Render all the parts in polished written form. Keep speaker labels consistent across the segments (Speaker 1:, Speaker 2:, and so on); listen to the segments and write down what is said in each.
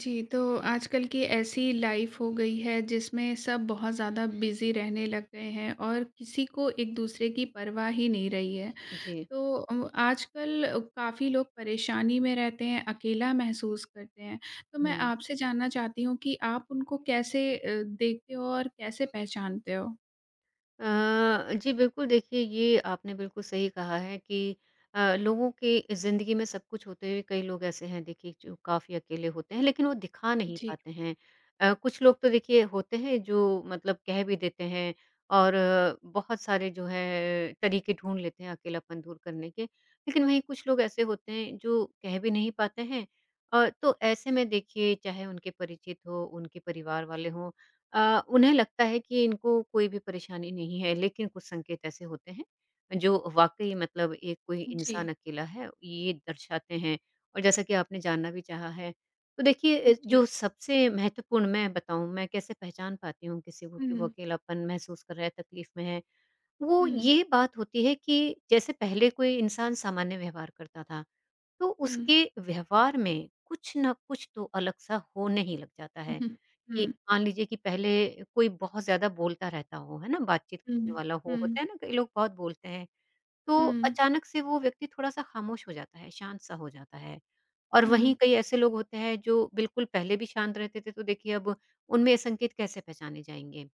Speaker 1: जी, तो आजकल की ऐसी लाइफ हो गई है जिसमें सब बहुत ज़्यादा बिज़ी रहने लग गए हैं और किसी को एक-दूसरे की परवाह ही नहीं रही है।
Speaker 2: जी।
Speaker 1: तो आजकल काफ़ी लोग परेशानी में रहते हैं, अकेला महसूस करते हैं। तो मैं
Speaker 2: हुँ।
Speaker 1: आपसे जानना चाहती हूँ कि आप उनको कैसे देखते हो और कैसे पहचानते हो?
Speaker 2: जी बिल्कुल देखिए, ये आपने बिल्कुल सही कहा है कि लोगों की ज़िंदगी में सब कुछ होते हुए कई लोग ऐसे हैं देखिए, जो काफ़ी अकेले होते हैं लेकिन वो दिखा नहीं
Speaker 1: जी,
Speaker 2: पाते हैं। कुछ लोग तो देखिए होते हैं जो मतलब कह भी देते हैं और बहुत सारे जो है तरीके ढूँढ लेते हैं अकेलापन दूर करने के। लेकिन वहीं कुछ लोग ऐसे होते हैं जो कह भी नहीं पाते हैं। तो ऐसे में देखिए, चाहे उनके परिचित हो, उनके परिवार वाले हों, उन्हें लगता है कि इनको कोई भी परेशानी नहीं है, लेकिन कुछ संकेत ऐसे होते हैं, जो वाक़ई मतलब एक कोई इंसान
Speaker 1: जी,
Speaker 2: अकेला है, ये दर्शाते हैं। और जैसा कि आपने जानना भी चाहा है, तो देखिए
Speaker 1: जी।
Speaker 2: जो सबसे महत्वपूर्ण मैं बताऊँ, मैं कैसे पहचान पाती हूँ किसी को कि वो
Speaker 1: हुँ,
Speaker 2: अकेलापन महसूस कर रहा है, तकलीफ़ में है, वो
Speaker 1: हुँ,
Speaker 2: ये बात होती है कि जैसे पहले कोई इंसान सामान्य व्यवहार करता था, तो
Speaker 1: हुँ।
Speaker 2: उसके व्यवहार में कुछ न कुछ तो अलग-सा होने ही लग जाता
Speaker 1: हुँ,
Speaker 2: है।
Speaker 1: हुँ,
Speaker 2: कि
Speaker 1: हुँ,
Speaker 2: मान लीजिए कि पहले कोई बहुत ज़्यादा बोलता रहता हो, है ना? बातचीत करने
Speaker 1: हुँ,
Speaker 2: वाला हो,
Speaker 1: हुँ,
Speaker 2: होता है ना, कई लोग बहुत बोलते हैं, तो
Speaker 1: हुँ,
Speaker 2: अचानक से वो व्यक्ति थोड़ा-सा खामोश हो जाता है, शांत-सा हो जाता है। और वहीं
Speaker 1: हुँ।
Speaker 2: कई ऐसे लोग होते हैं जो बिल्कुल पहले भी शांत रहते थे, तो देखिए अब उनमें ये संकेत कैसे पहचाने जाएँगे?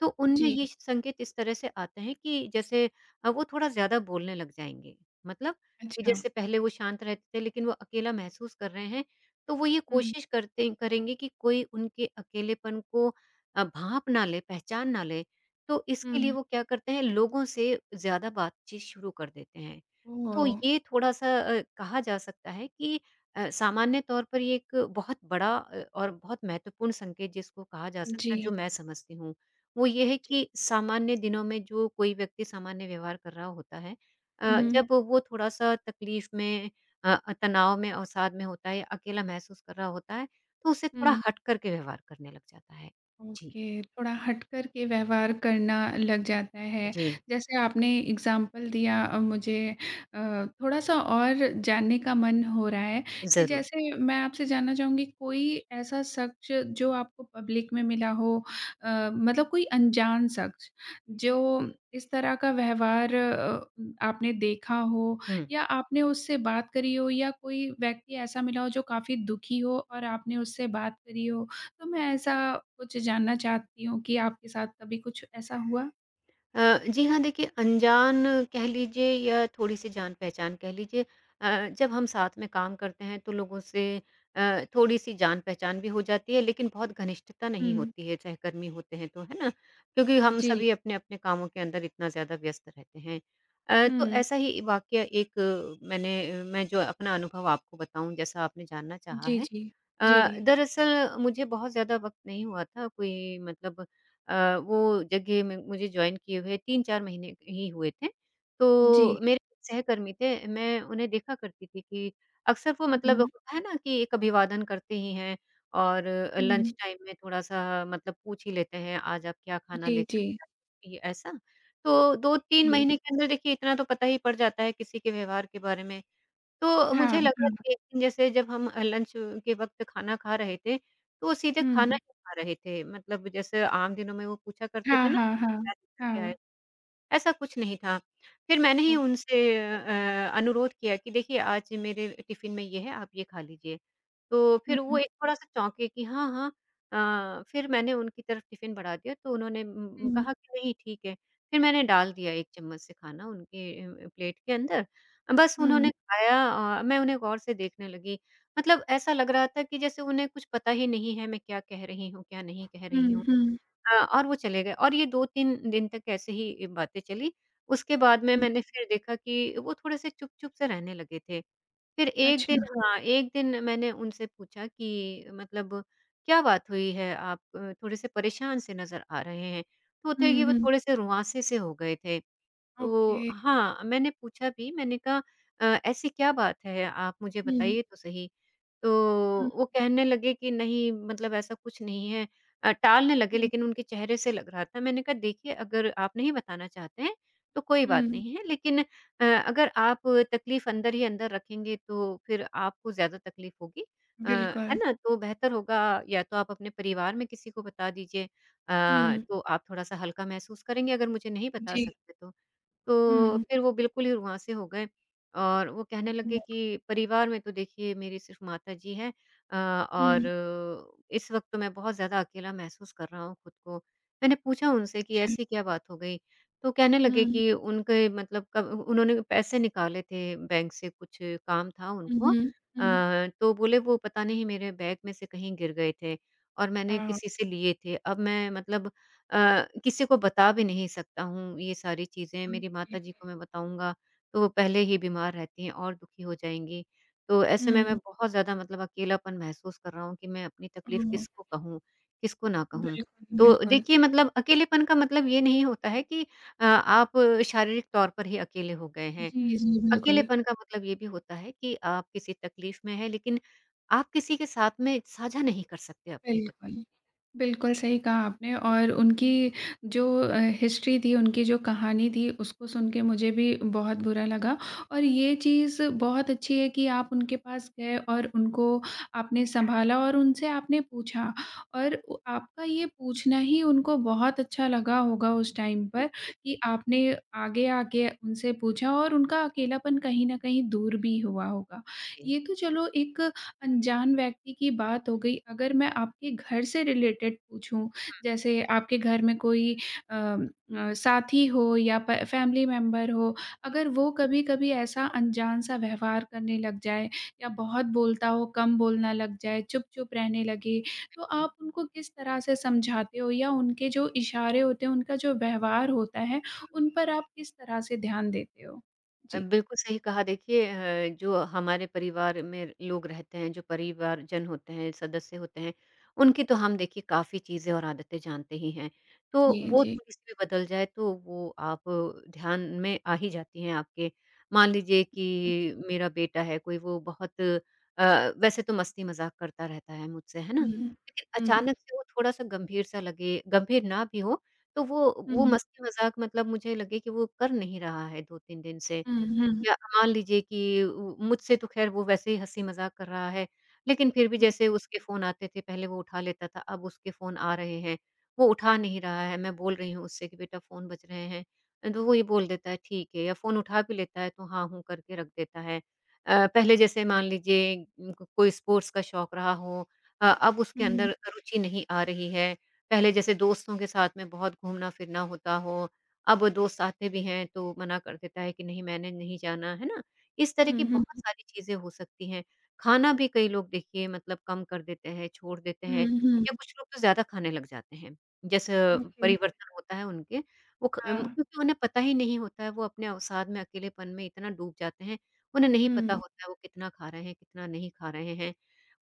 Speaker 2: तो उनमें
Speaker 1: जी,
Speaker 2: ये संकेत इस तरह से आते हैं कि जैसे वो थोड़ा ज़्यादा बोलने लग जाएँगे। मतलब कि
Speaker 1: अच्छा।
Speaker 2: जैसे पहले वो शांत रहते थे लेकिन वो अकेला महसूस कर रहे हैं, तो वो ये
Speaker 1: हुँ,
Speaker 2: कोशिश करते करेंगे कि कोई उनके अकेलेपन को भाँप ना ले, पहचान ना ले। तो इसके लिए हुँ।
Speaker 1: हुँ।
Speaker 2: वो क्या करते हैं, लोगों से ज़्यादा बातचीत शुरू कर देते हैं। तो
Speaker 1: ओह!
Speaker 2: ये थोड़ा-सा कहा जा सकता है कि सामान्य तौर पर ये एक बहुत बड़ा और बहुत महत्वपूर्ण संकेत जिसको कहा जा
Speaker 1: जी।
Speaker 2: सकता है जो मैं समझती हूँ। वो ये है
Speaker 1: जी।
Speaker 2: कि सामान्य दिनों में जो कोई व्यक्ति सामान्य व्यवहार कर रहा होता है,
Speaker 1: हुँ,
Speaker 2: जब
Speaker 1: हुँ।
Speaker 2: वो थोड़ा-सा तकलीफ में, तनाव में, अवसाद में होता है या अकेला महसूस कर रहा होता है, तो उससे थोड़ा
Speaker 1: हुँ।
Speaker 2: हट कर के व्यवहार करने लग जाता है। जी,
Speaker 1: ओके, थोड़ा हट कर के व्यवहार करना लग जाता है।
Speaker 2: जी,
Speaker 1: जैसे आपने एग्ज़ाम्पल दिया मुझे थोड़ा-सा और जानने का मन हो रहा है कि
Speaker 2: ज़रूर।
Speaker 1: जैसे मैं आपसे जानना चाहूँगी कोई ऐसा शख्स जो आपको पब्लिक में मिला हो, मतलब कोई अनजान शख्स जो इस तरह का व्यवहार आपने देखा हो
Speaker 2: हुँ।
Speaker 1: या आपने उससे बात करी हो या कोई व्यक्ति ऐसा मिला हो जो काफ़ी दुखी हो और आपने उससे बात करी हो? तो मैं ऐसा कुछ जानना चाहती हूँ कि आपके साथ कभी कुछ ऐसा हुआ?
Speaker 2: जी हाँ, देखिए अनजान कह लीजिए या थोड़ी-सी जान-पहचान कह लीजिए, जब हम साथ में काम करते हैं तो लोगों से थोड़ी-सी जान-पहचान भी हो जाती है लेकिन बहुत घनिष्ठता नहीं
Speaker 1: हुँ,
Speaker 2: होती है, सहकर्मी होते हैं तो, है ना? क्योंकि हम
Speaker 1: जी।
Speaker 2: सभी अपने-अपने कामों के अंदर इतना ज़्यादा व्यस्त रहते हैं। तो
Speaker 1: हुँ,
Speaker 2: ऐसा ही वाक़या एक मैं जो अपना अनुभव आपको बताऊँ, जैसा आपने जानना चाहा
Speaker 1: जी,
Speaker 2: है।
Speaker 1: जी।
Speaker 2: अ,
Speaker 1: जी,
Speaker 2: दरअसल मुझे बहुत ज़्यादा वक़्त नहीं हुआ था, कोई मतलब वो जगह में मुझे जॉइन किए हुए 3-4 महीने ही हुए थे।
Speaker 1: जी।
Speaker 2: तो मेरे सहकर्मी थे, मैं उन्हें देखा करती थी कि अक्सर वो मतलब
Speaker 1: हुँ,
Speaker 2: होता है ना कि एक अभिवादन करते ही हैं और लंच
Speaker 1: हुँ।
Speaker 2: टाइम में थोड़ा-सा मतलब पूछ ही लेते हैं, "आज आप क्या खाना
Speaker 1: जी,
Speaker 2: लेकर
Speaker 1: जी,
Speaker 2: आई?" ऐसा। तो 2-3
Speaker 1: जी।
Speaker 2: महीने के अंदर देखिए इतना तो पता ही पड़ जाता है किसी के व्यवहार के बारे में। तो
Speaker 1: हाँ,
Speaker 2: मुझे लगा
Speaker 1: हाँ।
Speaker 2: कि एक दिन जैसे जब हम लंच के वक़्त खाना खा रहे थे, तो वो सीधे खाना
Speaker 1: हुँ।
Speaker 2: ही खा रहे थे। मतलब जैसे आम दिनों में वो पूछा करते थे
Speaker 1: हाँ,
Speaker 2: ना,
Speaker 1: हाँ, हाँ।
Speaker 2: "क्या लेकर के आए?"
Speaker 1: हाँ,
Speaker 2: ऐसा कुछ नहीं था। फिर मैंने ही
Speaker 1: ओ
Speaker 2: उनसे अनुरोध किया कि देखिए आज मेरे टिफ़िन में ये है, आप ये खा लीजिए। तो
Speaker 1: हुँ,
Speaker 2: फिर वो
Speaker 1: हुँ,
Speaker 2: एक थोड़ा-सा चौंके कि हाँ, हाँ। फिर मैंने उनकी तरफ टिफ़िन बढ़ा दिया तो उन्होंने
Speaker 1: हुँ,
Speaker 2: कहा कि नहीं ठीक है। फिर मैंने डाल दिया 1 चम्मच से खाना उनके प्लेट के अंदर। बस उन्होंने
Speaker 1: हुँ,
Speaker 2: खाया, मैं उन्हें गौर से देखने लगी। मतलब ऐसा लग रहा था कि जैसे उन्हें कुछ पता ही नहीं है मैं क्या कह रही हूँ, क्या नहीं कह
Speaker 1: हुँ,
Speaker 2: रही हूँ।
Speaker 1: हुँ।
Speaker 2: हाँ, और वो चले गए और ये 2-3 दिन तक ऐसे ही ये बातें चली। उसके बाद में
Speaker 1: हुँ।
Speaker 2: मैंने फिर देखा कि वो थोड़े-से चुप-चुप से रहने लगे थे। फिर एक दिन,
Speaker 1: अच्छा।
Speaker 2: हाँ, एक दिन मैंने उनसे पूछा कि मतलब क्या बात हुई है, आप थोड़े-से परेशान से नज़र आ रहे हैं। तो थे कि
Speaker 1: हुँ,
Speaker 2: वो
Speaker 1: हुँ।
Speaker 2: थोड़े-से रुआँसे से हो गए थे।
Speaker 1: ओके।
Speaker 2: तो हाँ, मैंने पूछा भी, मैंने कहा अ, ऐसी क्या बात है? आप मुझे
Speaker 1: हुँ,
Speaker 2: बताइए तो सही। तो
Speaker 1: हुँ,
Speaker 2: वो कहने लगे कि नहीं मतलब ऐसा कुछ नहीं है, टालने लगे
Speaker 1: हुँ,
Speaker 2: लेकिन उनके चेहरे से लग रहा था। मैंने कहा देखिए, अगर आप नहीं बताना चाहते हैं, तो कोई बात
Speaker 1: हुँ।
Speaker 2: नहीं है लेकिन अगर आप तकलीफ़ अंदर ही अंदर रखेंगे तो फिर आपको ज़्यादा तकलीफ़ होगी। अ, है
Speaker 1: बिल्कुल।
Speaker 2: ना? तो बेहतर होगा, या तो आप अपने परिवार में किसी को बता दीजिए,
Speaker 1: हुँ।
Speaker 2: तो आप थोड़ा-सा हल्का महसूस करेंगे, अगर मुझे नहीं बता
Speaker 1: जी।
Speaker 2: सकते तो। तो
Speaker 1: हुँ,
Speaker 2: फिर वो बिल्कुल ही रुआँसे हो गए और वो कहने लगे
Speaker 1: हुँ।
Speaker 2: कि परिवार में तो देखिए मेरी सिर्फ़ माताजी हैं, अ, और
Speaker 1: हुँ,
Speaker 2: इस वक़्त तो मैं बहुत ज़्यादा अकेला महसूस कर रहा हूँ खुद को। मैंने पूछा उनसे कि
Speaker 1: अच्छा।
Speaker 2: ऐसी क्या बात हो गई? तो कहने लगे
Speaker 1: हुँ,
Speaker 2: कि उनके मतलब कब उन्होंने पैसे निकाले थे बैंक से, कुछ काम था
Speaker 1: हुँ,
Speaker 2: उनको,
Speaker 1: हुँ।
Speaker 2: तो बोले वो पता नहीं मेरे बैग में से कहीं गिर गए थे और मैंने
Speaker 1: हाँ,
Speaker 2: किसी से लिए थे। अब मैं मतलब किसी को बता भी नहीं सकता हूँ ये सारी चीज़ें। मेरी
Speaker 1: ओके।
Speaker 2: माताजी को मैं बताऊँगा तो वो पहले ही बीमार रहती हैं और दुखी हो जाएँगी। तो ऐसे में मैं
Speaker 1: हुँ।
Speaker 2: बहुत ज़्यादा मतलब अकेलापन महसूस कर रहा हूँ कि मैं अपनी तकलीफ़
Speaker 1: हुँ,
Speaker 2: किसको कहूँ, किसको ना कहूँ।
Speaker 1: बिल्कुल,
Speaker 2: तो
Speaker 1: बिल्कुल।
Speaker 2: देखिए मतलब अकेलेपन का मतलब ये नहीं होता है कि आप शारीरिक तौर पर ही अकेले हो गए हैं।
Speaker 1: जी, जी, बिल्कुल।
Speaker 2: अकेलेपन का मतलब ये भी होता है कि आप किसी तकलीफ में हैं लेकिन आप किसी के साथ में साझा नहीं कर सकते अपनी तक
Speaker 1: बिल्कुल। बिल्कुल, सही कहा आपने और उनकी जो हिस्ट्री थी, उनकी जो कहानी थी, उसको सुन के मुझे भी बहुत बुरा लगा और ये चीज़ बहुत अच्छी है कि आप उनके पास गए और उनको आपने सँभाला और उनसे आपने पूछा और उ आपका ये पूछना ही उनको बहुत अच्छा लगा होगा उस टाइम पर
Speaker 2: बिल्कुल,
Speaker 1: कि आपने आगे आके उनसे पूछा और उनका अकेलापन कहीं न कहीं दूर भी हुआ होगा।
Speaker 2: जी,
Speaker 1: ये तो चलो एक अनजान व्यक्ति की बात हो गई, अगर मैं आपके घर से रिलेटेड पूछूँ, जैसे आपके घर में कोई अ साथी हो या प फैमिली मेंबर हो,
Speaker 2: जी।
Speaker 1: अगर वो कभी-कभी ऐसा अनजान सा व्यवहार करने लग जाए या बहुत बोलता हो, कम बोलना लग जाए, चुप-चुप रहने लगे, तो आप उनको किस तरह से समझाते हो या उनके जो इशारे होते हैं, उनका जो व्यवहार होता है, उन पर आप किस तरह से ध्यान देते हो? जी,
Speaker 2: बिल्कुल सही कहा, देखिए जो हमारे परिवार में लोग रहते हैं, जो परिवारजन होते हैं, सदस्य होते हैं, उनकी तो हम देखिए काफ़ी चीज़ें और आदतें जानते ही हैं, तो
Speaker 1: जी,
Speaker 2: वो
Speaker 1: जी।
Speaker 2: थोड़ी-सी भी बदल जाए तो वो आप ध्यान में आ ही जाती हैं आपके। मान लीजिए कि मेरा बेटा है कोई, वो बहुत वैसे तो मस्ती मज़ाक करता रहता है मुझसे, है ना?
Speaker 1: हुँ, हुँ,
Speaker 2: लेकिन
Speaker 1: हुँ,
Speaker 2: अचानक से वो थोड़ा-सा गंभीर सा लगे, गंभीर ना भी हो तो वो मस्ती मज़ाक मतलब मुझे लगे कि वो कर नहीं रहा है 2-3 दिन से,
Speaker 1: हुँ, हुँ, हुँ।
Speaker 2: या मान लीजिए कि उ मुझसे तो ख़ैर वो वैसे ही हँसी-मज़ाक कर रहा है, लेकिन फिर भी
Speaker 1: Mhm,
Speaker 2: जैसे उसके फ़ोन आते थे, पहले वो उठा लेता था, अब उसके फ़ोन आ रहे हैं, वो उठा नहीं रहा है, मैं बोल रही हूँ उससे कि बेटा, फ़ोन बज रहे हैं। तो वो ये बोल देता है ठीक है, या फ़ोन उठा भी लेता है तो हाँ, हूँ करके रख देता है। पहले जैसे मान लीजिए को कोई स्पोर्ट्स का शौक रहा हो, अब उसके अंदर
Speaker 1: mhm,
Speaker 2: रुचि नहीं आ रही है। पहले जैसे दोस्तों के साथ में बहुत घूमना-फिरना होता हो, अब वो दोस्त साथ में भी हैं तो मना कर देता है कि नहीं, मैंने नहीं जाना, है ना? इस तरह की बहुत
Speaker 1: mhm,
Speaker 2: सारी चीज़ें हो सकती हैं। खाना भी कई लोग देखिए मतलब कम कर देते हैं, छोड़ देते हैं,
Speaker 1: mhm,
Speaker 2: या कुछ लोग तो ज़्यादा खाने लग जाते हैं। जैसे
Speaker 1: mhm, okay,
Speaker 2: परिवर्तन होता है उनके
Speaker 1: हाँ,
Speaker 2: क्योंकि उन्हें पता ही नहीं होता है, वो अपने अवसाद में, अकेलेपन में इतना डूब जाते हैं, उन्हें नहीं पता
Speaker 1: हुँ,
Speaker 2: होता है वो कितना खा रहे हैं, कितना नहीं खा रहे हैं।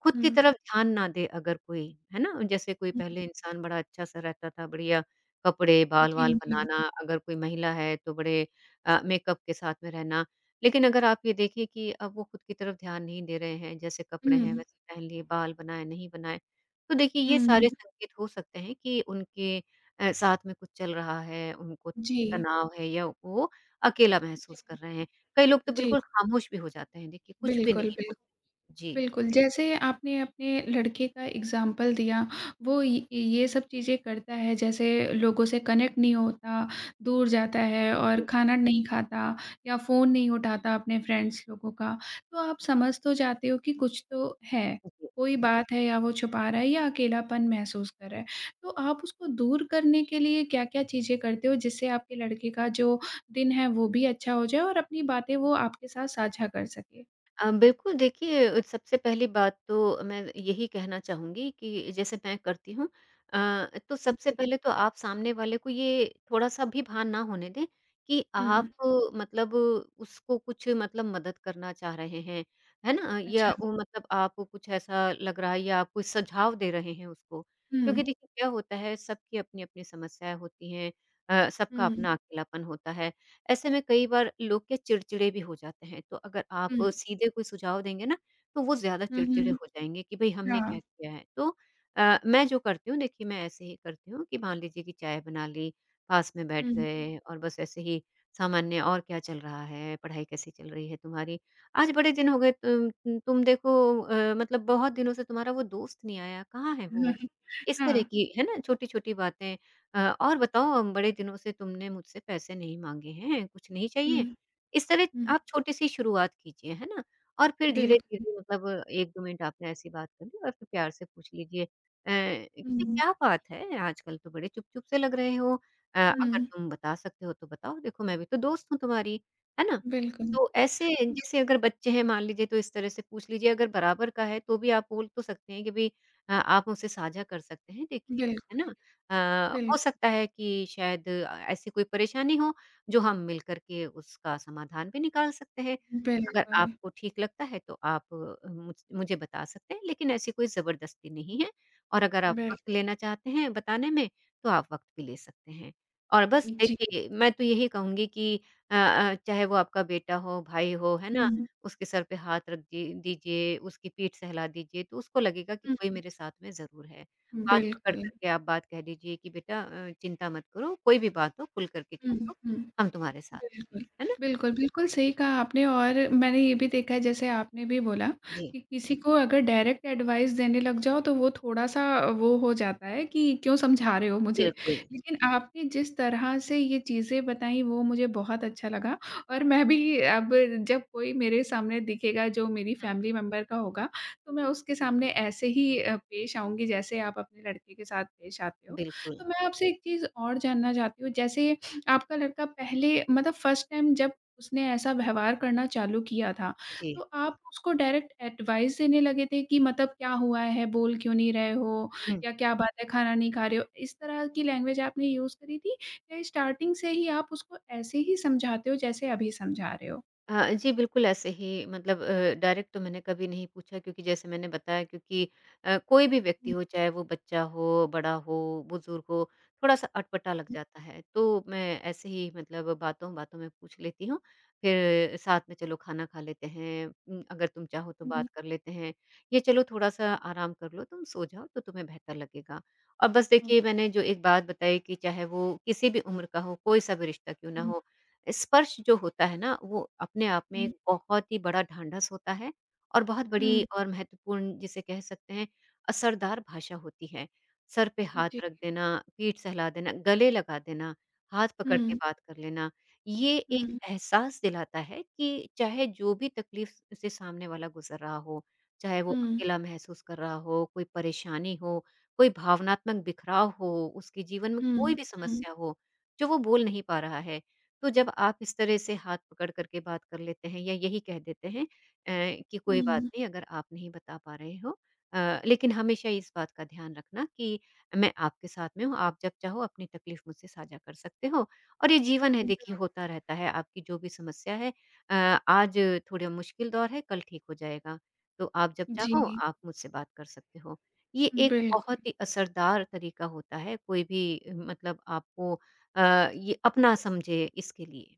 Speaker 2: खुद की
Speaker 1: हुँ,
Speaker 2: तरफ ध्यान ना दे अगर कोई, है ना? जैसे कोई
Speaker 1: हुँ,
Speaker 2: पहले इंसान बड़ा अच्छा-सा रहता था, बढ़िया कपड़े,
Speaker 1: जी,
Speaker 2: बाल-वाल
Speaker 1: जी,
Speaker 2: बनाना, अगर कोई महिला है तो बड़े मेकअप के साथ में रहना। लेकिन अगर आप ये देखिए कि अब वो खुद की तरफ ध्यान नहीं दे रहे हैं, जैसे कपड़े हैं
Speaker 1: हुँ,
Speaker 2: वैसे पहन लिए, बाल बनाए, नहीं बनाए। तो देखिए ये सारे
Speaker 1: हुँ,
Speaker 2: संकेत हो सकते हैं कि उनके साथ में कुछ चल रहा है, उनको
Speaker 1: जी,
Speaker 2: तनाव है या वो अकेला
Speaker 1: जी,
Speaker 2: महसूस कर रहे हैं। कई लोग तो
Speaker 1: जी,
Speaker 2: बिल्कुल खामोश भी हो जाते हैं, देखिए कुछ भी
Speaker 1: बिल्कुल,
Speaker 2: नहीं
Speaker 1: बिल्कुल।
Speaker 2: बोलते। जी।
Speaker 1: बिल्कुल, जैसे आपने अपने लड़के का एग्ज़ाम्पल दिया, वो ये सब चीज़ें करता है जैसे लोगों से कनेक्ट नहीं होता, दूर जाता है और खाना नहीं खाता या फ़ोन नहीं उठाता अपने फ्रेंड्स लोगों का, तो आप समझ तो जाते हो कि कुछ तो है,
Speaker 2: जी।
Speaker 1: कोई बात है या वो छुपा रहा है या अकेलापन महसूस कर रहा है। तो आप उसको दूर करने के लिए क्या-क्या चीज़ें करते हो जिससे आपके लड़के का जो दिन है वो भी अच्छा हो जाए और अपनी बातें वो आपके साथ साझा कर सके?
Speaker 2: बिल्कुल देखिए, सबसे पहली बात तो मैं यही कहना चाहूँगी कि जैसे मैं करती हूँ, तो सबसे
Speaker 1: जी।
Speaker 2: पहले तो आप सामने वाले को ये थोड़ा-सा भी भान ना होने दें कि
Speaker 1: हुँ।
Speaker 2: आप मतलब उसको कुछ मतलब मदद करना चाह रहे हैं, है ना? या
Speaker 1: अच्छा,
Speaker 2: वो मतलब आपको कुछ ऐसा लग रहा है या आप कोई सुझाव दे रहे हैं उसको। क्योंकि
Speaker 1: हुँ,
Speaker 2: देखिए क्या होता है सबकी अपनी-अपनी समस्याएँ होती हैं सबका
Speaker 1: हुँ,
Speaker 2: अपना अकेलापन होता है। ऐसे में कई बार लोग क्या चिड़चिड़े भी हो जाते हैं, तो अगर आप
Speaker 1: हुँ,
Speaker 2: सीधे कोई सुझाव देंगे ना, तो वो ज़्यादा
Speaker 1: हुँ,
Speaker 2: चिड़चिड़े
Speaker 1: हुँ,
Speaker 2: हो जाएँगे कि भई हमने
Speaker 1: हाँ,
Speaker 2: क्या किया है। तो मैं जो करती हूँ देखिए मैं ऐसे ही करती हूँ कि मान लीजिए कि चाय बना ली, पास में बैठ
Speaker 1: हुँ,
Speaker 2: गए और बस ऐसे ही सामान्य और क्या चल रहा है, पढ़ाई कैसी चल रही है तुम्हारी? आज बड़े दिन हो गए तुम तुम देखो। मतलब बहुत दिनों से तुम्हारा वो दोस्त नहीं आया, कहाँ है वो? इस
Speaker 1: हाँ,
Speaker 2: तरह की है ना छोटी-छोटी बातें। और बताओ बड़े दिनों से तुमने मुझसे पैसे नहीं माँगे हैं, कुछ नहीं
Speaker 1: हुँ,
Speaker 2: चाहिए? इस तरह
Speaker 1: हुँ,
Speaker 2: आप छोटी-सी शुरुआत कीजिए, है ना? और फिर
Speaker 1: बिल्कुल,
Speaker 2: धीरे-धीरे मतलब 1-2 मिनट आपने ऐसी बात कर ली और फिर प्यार से पूछ लीजिए कि
Speaker 1: हुँ,
Speaker 2: क्या बात है? आजकल तो बड़े चुप-चुप से लग रहे हो। अगर
Speaker 1: हुँ,
Speaker 2: तुम बता सकते हो तो बताओ, देखो मैं भी तो दोस्त हूँ तुम्हारी, है ना?
Speaker 1: बिल्कुल,
Speaker 2: तो ऐसे जैसे अगर बच्चे हैं मान लीजिए तो इस तरह से पूछ लीजिए, अगर बराबर का है तो भी आप बोल तो सकते हैं कि भई आप मुझसे साझा कर सकते हैं देखिए, है
Speaker 1: बिल्क
Speaker 2: ना? अ, हो
Speaker 1: बिल्क
Speaker 2: सकता है कि शायद ऐसी कोई परेशानी हो जो हम मिलकर के उसका समाधान भी निकाल सकते हैं। अगर
Speaker 1: बिल्कुल,
Speaker 2: आपको ठीक लगता है तो आप मुझे बता सकते हैं, लेकिन ऐसी कोई ज़बरदस्ती नहीं है और अगर आप
Speaker 1: बिल
Speaker 2: वक़्त लेना चाहते हैं बताने में, तो आप वक़्त भी ले सकते हैं। और बस
Speaker 1: जी,
Speaker 2: देखिए, मैं तो यही कहूँगी कि चाहे वो आपका बेटा हो, भाई हो, है ना?
Speaker 1: हुँ,
Speaker 2: उसके सर पे हाथ रख दी दीजिए, उसकी पीठ सहला दीजिए, तो उसको लगेगा कि कोई
Speaker 1: हुँ,
Speaker 2: मेरे साथ में ज़रूर है। हाथ पकड़
Speaker 1: बिल्कुल,
Speaker 2: कर के आप बात कह दीजिए कि बेटा चिंता मत करो, कोई भी बात हो खुल कर के कह
Speaker 1: हुँ,
Speaker 2: दो,
Speaker 1: हुँ।
Speaker 2: हम तुम्हारे साथ हैं।
Speaker 1: बिल्कुल।
Speaker 2: है ना?
Speaker 1: बिल्कुल, बिल्कुल सही कहा आपने और मैंने ये भी देखा है जैसे आपने भी बोला
Speaker 2: जी,
Speaker 1: कि किसी को अगर डायरेक्ट एडवाइस देने लग जाओ तो वो थोड़ा-सा वो हो जाता है कि क्यों समझा रहे हो मुझे।
Speaker 2: बिल्कुल।
Speaker 1: लेकिन आपने जिस तरह से ये चीज़ें बताई वो मुझे बहुत अच्छा लगा और मैं भी अब जब कोई मेरे सामने दिखेगा जो मेरी
Speaker 2: हुँ,
Speaker 1: फैमिली मेंबर का होगा, तो मैं उसके सामने ऐसे ही पेश आऊँगी जैसे आप अपने लड़के के साथ पेश आते हो।
Speaker 2: बिल्कुल।
Speaker 1: तो मैं आपसे एक चीज़ और जानना चाहती हूँ जैसे आपका लड़का पहले मतलब फर्स्ट टाइम जब उसने ऐसा व्यवहार करना चालू किया था,
Speaker 2: जी।
Speaker 1: तो आप उसको डायरेक्ट एडवाइस देने लगे थे कि मतलब क्या हुआ है, बोल क्यों नहीं रहे हो
Speaker 2: हम्म
Speaker 1: या क्या बात है, खाना नहीं खा रहे हो? इस तरह की लैंग्वेज आपने यूज़ करी थी या स्टार्टिंग से ही आप उसको ऐसे ही समझाते हो जैसे अभी समझा रहे हो?
Speaker 2: अ, जी, बिल्कुल ऐसे ही मतलब डायरेक्ट तो मैंने कभी नहीं पूछा क्योंकि जैसे मैंने बताया क्योंकि कोई भी व्यक्ति
Speaker 1: हुँ,
Speaker 2: हो चाहे वो बच्चा हो, बड़ा हो, बुज़ुर्ग हो, थोड़ा-सा अटपटा लग
Speaker 1: हुँ,
Speaker 2: जाता है। तो मैं ऐसे ही मतलब बातों-बातों में पूछ लेती हूँ, फिर साथ में चलो खाना खा लेते हैं। अगर तुम चाहो तो
Speaker 1: हुँ।
Speaker 2: बात कर लेते हैं, ये चलो थोड़ा-सा आराम कर लो, तुम सो जाओ तो तुम्हें बेहतर लगेगा। और बस
Speaker 1: हुँ,
Speaker 2: देखिए मैंने जो एक बात बताई कि चाहे वो किसी भी उम्र का हो, कोई-सा भी रिश्ता क्यों ना
Speaker 1: हुँ,
Speaker 2: हो स्पर्श जो होता है ना, वो अपने आप में एक बहुत ही बड़ा ढाँढस होता है और बहुत बड़ी
Speaker 1: हुँ,
Speaker 2: और महत्वपूर्ण जिसे कह सकते हैं असरदार भाषा होती है। सर पे
Speaker 1: हुँ,
Speaker 2: हाथ
Speaker 1: जी।
Speaker 2: रख देना, पीठ सहला देना, गले लगा देना, हाथ पकड़ के
Speaker 1: हुँ,
Speaker 2: बात कर लेना, ये एक
Speaker 1: हुँ,
Speaker 2: एहसास दिलाता है कि चाहे जो भी तकलीफ़ से सामने वाला गुज़र रहा हो, चाहे वो
Speaker 1: हुँ,
Speaker 2: अकेला महसूस कर रहा हो, कोई परेशानी हो, कोई भावनात्मक बिखराव हो, उसके जीवन में कोई
Speaker 1: हुँ,
Speaker 2: भी
Speaker 1: हुँ,
Speaker 2: समस्या हो, जो वो बोल नहीं पा रहा है। तो जब आप इस तरह से हाथ पकड़ करके बात कर लेते हैं या यही कह देते हैं कि कोई बात
Speaker 1: हुँ।
Speaker 2: नहीं अगर आप नहीं बता पा रहे हो। लेकिन हमेशा इस बात का ध्यान रखना कि मैं आपके साथ में हूँ, आप जब चाहो अपनी तकलीफ मुझसे साझा कर सकते हो और ये जीवन है देखिए होता रहता है, आपकी जो भी समस्या है अ, आज थोड़ा मुश्किल दौर है, कल ठीक हो जाएगा। तो आप जब चाहो
Speaker 1: जी,
Speaker 2: आप मुझसे बात कर सकते हो। ये एक
Speaker 1: बिल्कुल।
Speaker 2: बहुत ही असरदार तरीका होता है कोई भी मतलब आपको ये अपना समझे इसके लिए।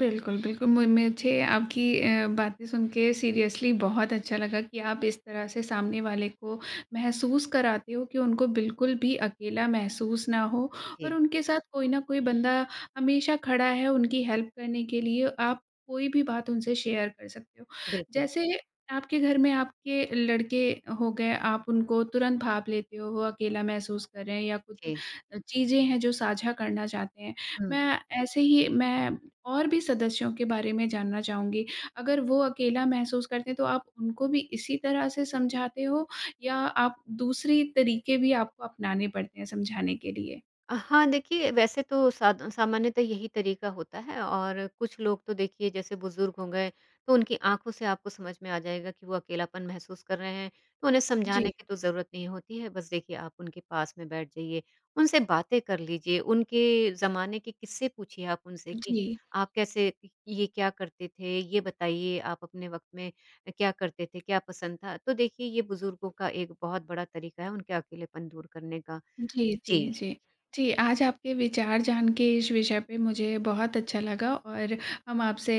Speaker 1: बिल्कुल, बिल्कुल। मु मुझे आपकी बातें सुन के सीरियसली बहुत अच्छा लगा कि आप इस तरह से सामने वाले को महसूस कराते हो कि उनको बिल्कुल भी अकेला महसूस ना हो और
Speaker 2: जी,
Speaker 1: उनके साथ कोई ना कोई बंदा हमेशा खड़ा है उनकी हेल्प करने के लिए। आप कोई भी बात उनसे शेयर कर सकते हो।
Speaker 2: बिल्कुल।
Speaker 1: जैसे आपके घर में आपके लड़के हो गए, आप उनको तुरंत भाँप लेते हो, वो अकेला महसूस कर रहे हैं या कुछ
Speaker 2: जी,
Speaker 1: चीज़ें हैं जो साझा करना चाहते हैं।
Speaker 2: हुँ।
Speaker 1: मैं ऐसे ही मैं और भी सदस्यों के बारे में जानना चाहूँगी। अगर वो अकेला महसूस करते हैं तो आप उनको भी इसी तरह से समझाते हो या आप दूसरी तरीके भी आपको अपनाने पड़ते हैं समझाने के लिए?
Speaker 2: हाँ, देखिए वैसे तो साध सामान्यतः यही तरीका होता है और कुछ लोग तो देखिए जैसे बुज़ुर्ग हो गए, तो उनकी आँखों से आपको समझ में आ जाएगा कि वो अकेलापन महसूस कर रहे हैं, तो उन्हें समझाने
Speaker 1: जी।
Speaker 2: की तो ज़रूरत नहीं होती है। बस देखिए आप उनके पास में बैठ जाइए, उनसे बातें कर लीजिए, उनके ज़माने के किस्से पूछिए आप उनसे कि
Speaker 1: जी।
Speaker 2: आप कैसे ये क्या करते थे? ये बताइए आप अपने वक़्त में क्या करते थे? क्या पसंद था? तो देखिए ये बुज़ुर्गों का एक बहुत बड़ा तरीका है उनके अकेलेपन दूर करने का।
Speaker 1: जी, जी,
Speaker 2: जी।
Speaker 1: जी। जी, आज आपके विचार जान के इस विषय पे मुझे बहुत अच्छा लगा और हम आपसे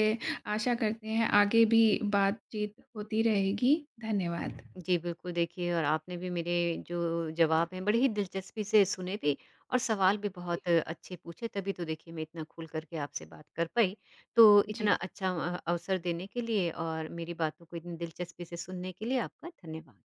Speaker 1: आशा करते हैं आगे भी बातचीत होती रहेगी। धन्यवाद।
Speaker 2: जी, बिल्कुल देखिए और आपने भी मेरे जो जवाब हैं बड़ी ही दिलचस्पी से सुने भी और सवाल भी
Speaker 1: जी,
Speaker 2: बहुत अच्छे पूछे तभी तो देखिए मैं इतना खुल करके आपसे बात कर पाई। तो इतना
Speaker 1: जी।
Speaker 2: अच्छा अवसर देने के लिए और मेरी बातों को इतनी दिलचस्पी से सुनने के लिए आपका धन्यवाद।